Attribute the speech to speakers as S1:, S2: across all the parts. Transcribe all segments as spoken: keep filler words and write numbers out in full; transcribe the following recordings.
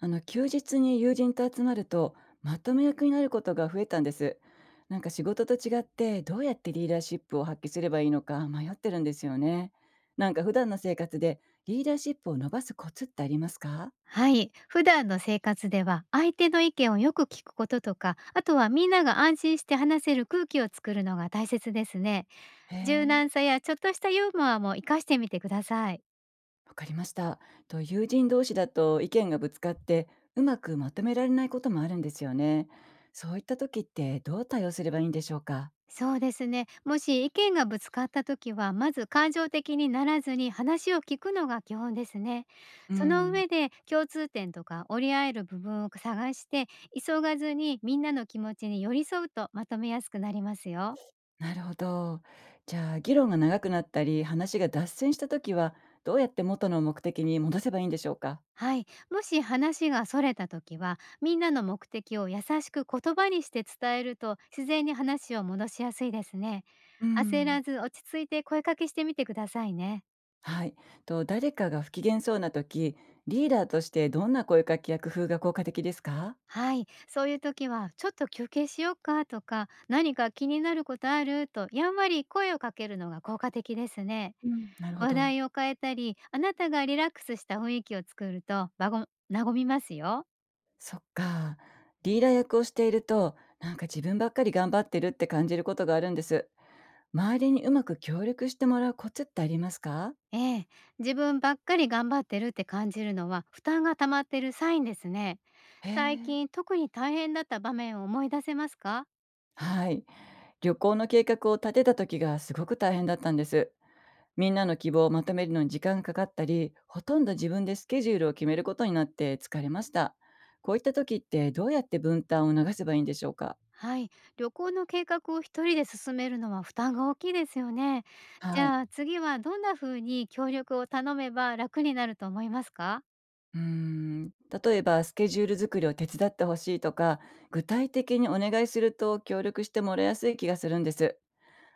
S1: あの休日に友人と集まるとまとめ役になることが増えたんです。なんか仕事と違ってどうやってリーダーシップを発揮すればいいのか迷ってるんですよね。なんか普段の生活でリーダーシップを伸ばすコツってありますか？
S2: はい。普段の生活では相手の意見をよく聞くこととか、あとはみんなが安心して話せる空気を作るのが大切ですね。
S1: へ
S2: 柔
S1: え、
S2: 軟さやちょっとしたユーモアも活かしてみてください。
S1: わかりました。と、友人同士だと意見がぶつかってうまくまとめられないこともあるんですよね。そういった時ってどう対応すればいいんでしょうか？
S2: そうですね。もし意見がぶつかった時は、まず感情的にならずに話を聞くのが基本ですね。
S1: う
S2: その
S1: ん。
S2: 上で共通点とか折り合える部分を探して、急がずにみんなの気持ちに寄り添うとまとめやすくなりますよ。
S1: なるほど。じゃあ、議論が長くなったり、話が脱線したときは、どうやって元の目的に戻せばいいんでしょうか？
S2: はい。もし話が逸れた時は、みんなの目的を優しく言葉にして伝えると、自然に話を戻しやすいですね。
S1: う
S2: 焦
S1: ん。
S2: らず落ち着いて声かけしてみてくださいね。
S1: はい。と、誰かが不機嫌そうなとき、リーダーとしてどんな声かけや工夫が効果的ですか？
S2: はい。そういう時は、ちょっと休憩しようかとか、何か気になることあると、やんわり声をかけるのが効果的ですね。
S1: うん。なるほ
S2: 話
S1: ど。
S2: 題を変えたり、あなたがリラックスした雰囲気を作ると、場ご和みますよ。
S1: そっか。リーダー役をしていると、なんか自分ばっかり頑張ってるって感じることがあるんです。周りにうまく協力してもらうコツってありますか？
S2: ええ、自分ばっかり頑張ってるって感じるのは負担が溜まってるサインですね。
S1: へ
S2: 最
S1: え。
S2: 近特に大変だった場面を思い出せますか？
S1: はい。旅行の計画を立てた時がすごく大変だったんです。みんなの希望をまとめるのに時間がかかったり、ほとんど自分でスケジュールを決めることになって疲れました。こういった時ってどうやって分担を促せばいいんでしょうか？
S2: はい、旅行の計画を一人で進めるのは負担が大きいですよね。じ
S1: はい。
S2: ゃあ次はどんな風に協力を頼めば楽になると思いますか？
S1: うーん。例えばスケジュール作りを手伝ってほしいとか、具体的にお願いすると協力してもらいやすい気がするんです。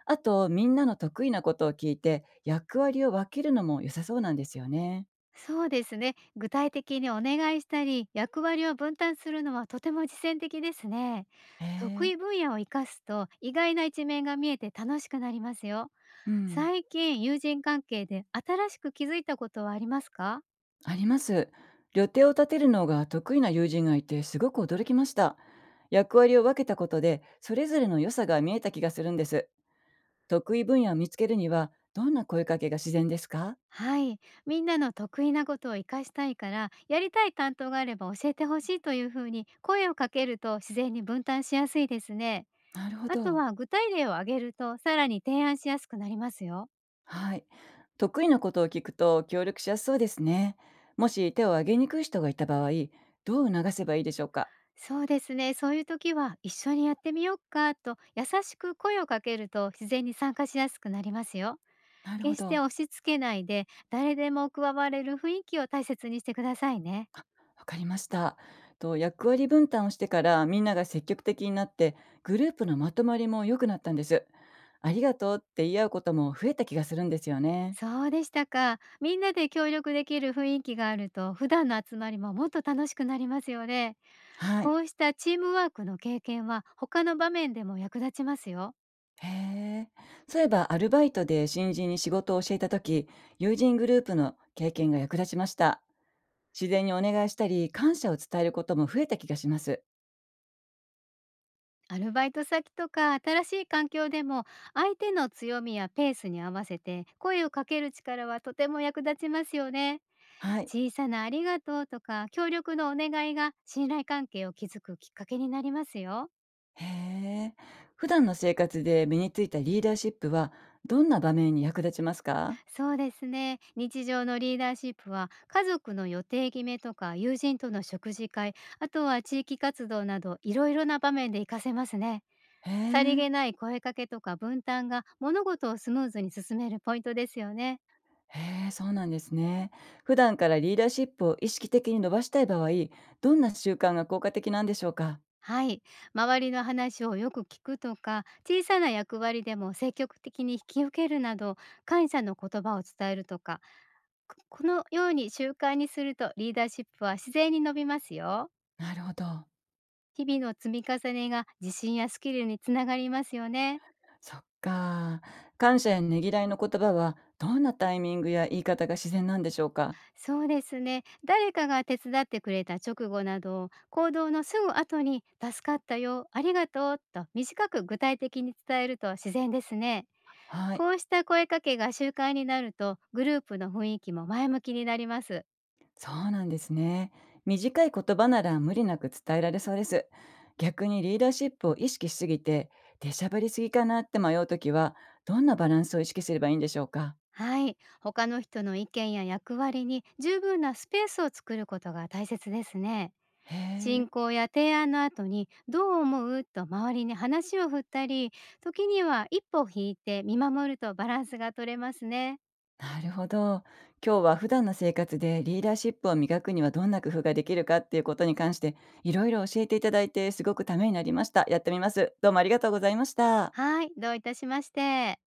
S1: あと、みんなの得意なことを聞いて、役割を分けるのも良さそうなんですよね。
S2: そうですね。具体的にお願いしたり、役割を分担するのはとても実践的ですね。
S1: へ
S2: 得
S1: え。
S2: 意分野を生かすと意外な一面が見えて楽しくなりますよ。
S1: うん。
S2: 最近友人関係で新しく気づいたことはありますか？
S1: あります。予定を立てるのが得意な友人がいてすごく驚きました。役割を分けたことでそれぞれの良さが見えた気がするんです。得意分野を見つけるにはどんな声かけが自然ですか？
S2: はい。みんなの得意なことを活かしたいから、やりたい担当があれば教えてほしいというふうに声をかけると自然に分担しやすいですね。
S1: なるほ
S2: あと
S1: ど。
S2: は具体例を挙げるとさらに提案しやすくなりますよね。
S1: はい。得意なことを聞くと協力しやすそうですね。もし手を挙げにくい人がいた場合、どう促せばいいでしょうか？
S2: そうですね。そういう時は一緒にやってみようかと優しく声をかけると自然に参加しやすくなりますよ。
S1: なるほ
S2: 決し
S1: ど。
S2: て押し付けないで、誰でも加われる雰囲気を大切にしてくださいね。
S1: わかりました。と、役割分担をしてからみんなが積極的になってグループのまとまりも良くなったんです。ありがとうって言い合うことも増えた気がするんですよね。
S2: そうでしたか。みんなで協力できる雰囲気があると、普段の集まりももっと楽しくなりますよね。
S1: はい。
S2: こうしたチームワークの経験は他の場面でも役立ちますよ。
S1: へえ。そういえばアルバイトで新人に仕事を教えた時、友人グループの経験が役立ちました。自然にお願いしたり感謝を伝えることも増えた気がします。
S2: アルバイト先とか新しい環境でも、相手の強みやペースに合わせて声をかける力はとても役立ちますよね。
S1: はい。
S2: 小さなありがとうとか協力のお願いが信頼関係を築くきっかけになりますよ。
S1: へえ。普段の生活で身についたリーダーシップはどんな場面に役立ちますか？
S2: そうですね。日常のリーダーシップは家族の予定決めとか友人との食事会、あとは地域活動などいろいろな場面で活かせますね。
S1: へ
S2: さり
S1: え。
S2: げない声かけとか分担が物事をスムーズに進めるポイントですよね。
S1: へえ、そうなんですね。普段からリーダーシップを意識的に伸ばしたい場合、どんな習慣が効果的なんでしょうか？
S2: はい。周りの話をよく聞くとか、小さな役割でも積極的に引き受けるなど、感謝の言葉を伝えるとか、ここのように習慣にするとリーダーシップは自然に伸びますよ。
S1: なるほど。
S2: 日々の積み重ねが自信やスキルにつながりますよね。
S1: そっか。感謝やねぎらいの言葉は、どんなタイミングや言い方が自然なんでしょうか？
S2: そうですね。誰かが手伝ってくれた直後など、行動のすぐ後に助かったよ、ありがとうと短く具体的に伝えると自然ですね。
S1: はい。
S2: こうした声かけが習慣になると、グループの雰囲気も前向きになります。
S1: そうなんですね。短い言葉なら無理なく伝えられそうです。逆にリーダーシップを意識しすぎて、出しゃばりすぎかなって迷うときは、どんなバランスを意識すればいいんでしょうか？
S2: はい。他の人の意見や役割に十分なスペースを作ることが大切ですね。
S1: へ
S2: 進
S1: え。
S2: 行や提案の後に「どう思う?」と周りに話を振ったり、時には一歩引いて見守るとバランスが取れますね。
S1: なるほど。今日は普段の生活でリーダーシップを磨くにはどんな工夫ができるかっていうことに関していろいろ教えていただいてすごくためになりました。やってみます。どうもありがとうございました。
S2: はい、どういたしまして。